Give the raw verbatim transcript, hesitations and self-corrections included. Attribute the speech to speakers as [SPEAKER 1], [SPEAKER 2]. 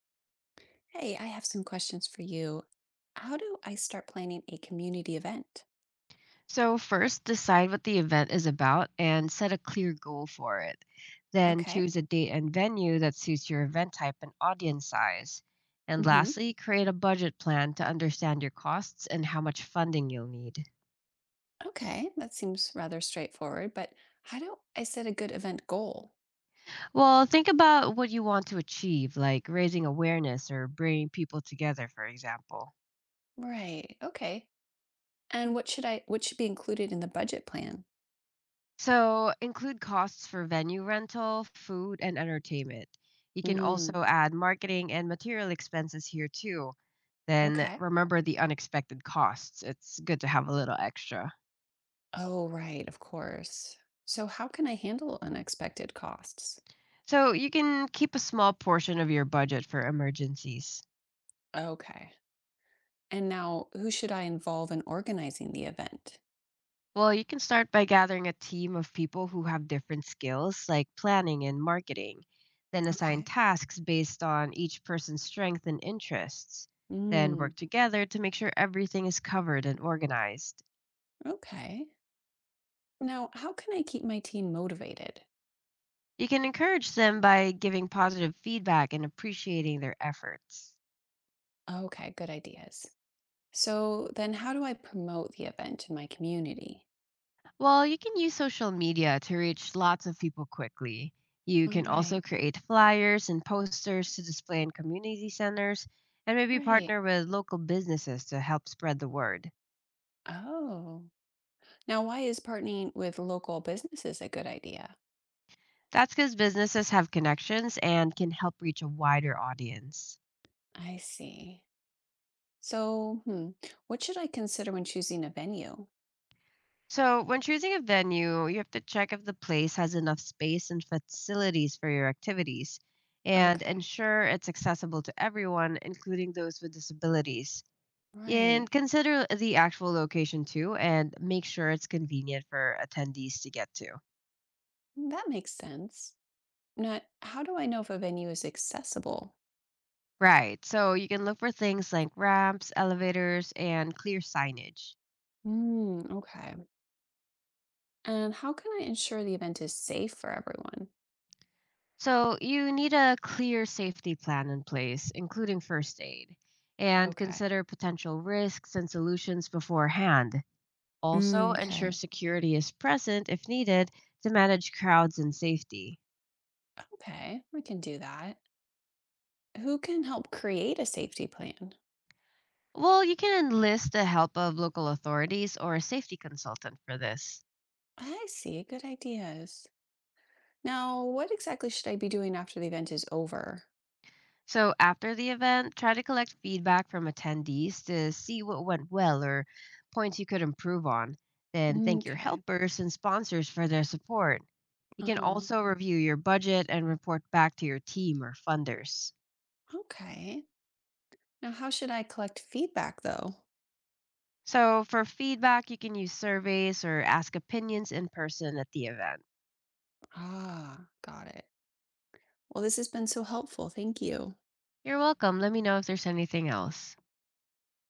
[SPEAKER 1] Hey, I have some questions for you. How do I start planning a community event?
[SPEAKER 2] So, first, decide what the event is about and set a clear goal for it. Then,
[SPEAKER 1] Okay.
[SPEAKER 2] choose a date and venue that suits your event type and audience size. And
[SPEAKER 1] Hmm.
[SPEAKER 2] lastly, create a budget plan to understand your costs and how much funding you'll need.
[SPEAKER 1] Okay, that seems rather straightforward, but how do I set a good event goal?
[SPEAKER 2] Well, think about what you want to achieve, like raising awareness or bringing people together, for example.
[SPEAKER 1] Right. Okay. And what should I what should be included in the budget plan?
[SPEAKER 2] So, include costs for venue rental, food, and entertainment. You can
[SPEAKER 1] Mm,
[SPEAKER 2] also add marketing and material expenses here too. Then
[SPEAKER 1] okay.
[SPEAKER 2] remember the unexpected costs. It's good to have a little extra.
[SPEAKER 1] Oh, right, of course. So how can I handle unexpected costs?
[SPEAKER 2] So you can keep a small portion of your budget for emergencies.
[SPEAKER 1] Okay. And now who should I involve in organizing the event?
[SPEAKER 2] Well, you can start by gathering a team of people who have different skills like planning and marketing, then assign
[SPEAKER 1] Okay.
[SPEAKER 2] tasks based on each person's strength and interests, then
[SPEAKER 1] Mm,
[SPEAKER 2] work together to make sure everything is covered and organized.
[SPEAKER 1] okay. Now, how can I keep my team motivated?
[SPEAKER 2] You can encourage them by giving positive feedback and appreciating their efforts.
[SPEAKER 1] Okay, good ideas. So then how do I promote the event in my community?
[SPEAKER 2] Well, you can use social media to reach lots of people quickly. You
[SPEAKER 1] Oh,
[SPEAKER 2] can also
[SPEAKER 1] right,
[SPEAKER 2] create flyers and posters to display in community centers and maybe
[SPEAKER 1] right.
[SPEAKER 2] partner with local businesses to help spread the word.
[SPEAKER 1] Oh. Now, why is partnering with local businesses a good idea?
[SPEAKER 2] That's because businesses have connections and can help reach a wider audience.
[SPEAKER 1] I see. So, hmm, what should I consider when choosing a venue?
[SPEAKER 2] So, when choosing a venue, you have to check if the place has enough space and facilities for your activities and
[SPEAKER 1] Okay,
[SPEAKER 2] ensure it's accessible to everyone, including those with disabilities. And
[SPEAKER 1] right.
[SPEAKER 2] consider the actual location too and make sure it's convenient for attendees to get to.
[SPEAKER 1] That makes sense. Now, how do I know if a venue is accessible?
[SPEAKER 2] Right. So you can look for things like ramps, elevators, and clear signage.
[SPEAKER 1] Hmm, okay. And how can I ensure the event is safe for everyone?
[SPEAKER 2] So you need a clear safety plan in place, including first aid, and
[SPEAKER 1] Okay.
[SPEAKER 2] consider potential risks and solutions beforehand. Also,
[SPEAKER 1] Mm,
[SPEAKER 2] ensure
[SPEAKER 1] okay.
[SPEAKER 2] security is present if needed to manage crowds and safety.
[SPEAKER 1] Okay, we can do that. Who can help create a safety plan?
[SPEAKER 2] Well, you can enlist the help of local authorities or a safety consultant for this.
[SPEAKER 1] I see. Good ideas. Now, what exactly should I be doing after the event is over?
[SPEAKER 2] So after the event, try to collect feedback from attendees to see what went well or points you could improve on. Then thank your
[SPEAKER 1] Okay.
[SPEAKER 2] helpers and sponsors for their support. You
[SPEAKER 1] Uh
[SPEAKER 2] can
[SPEAKER 1] huh.
[SPEAKER 2] also review your budget and report back to your team or funders.
[SPEAKER 1] Okay. Now, how should I collect feedback though?
[SPEAKER 2] So for feedback, you can use surveys or ask opinions in person at the event.
[SPEAKER 1] Ah, got it. Well, this has been so helpful. Thank you.
[SPEAKER 2] You're welcome. Let me know if there's anything else.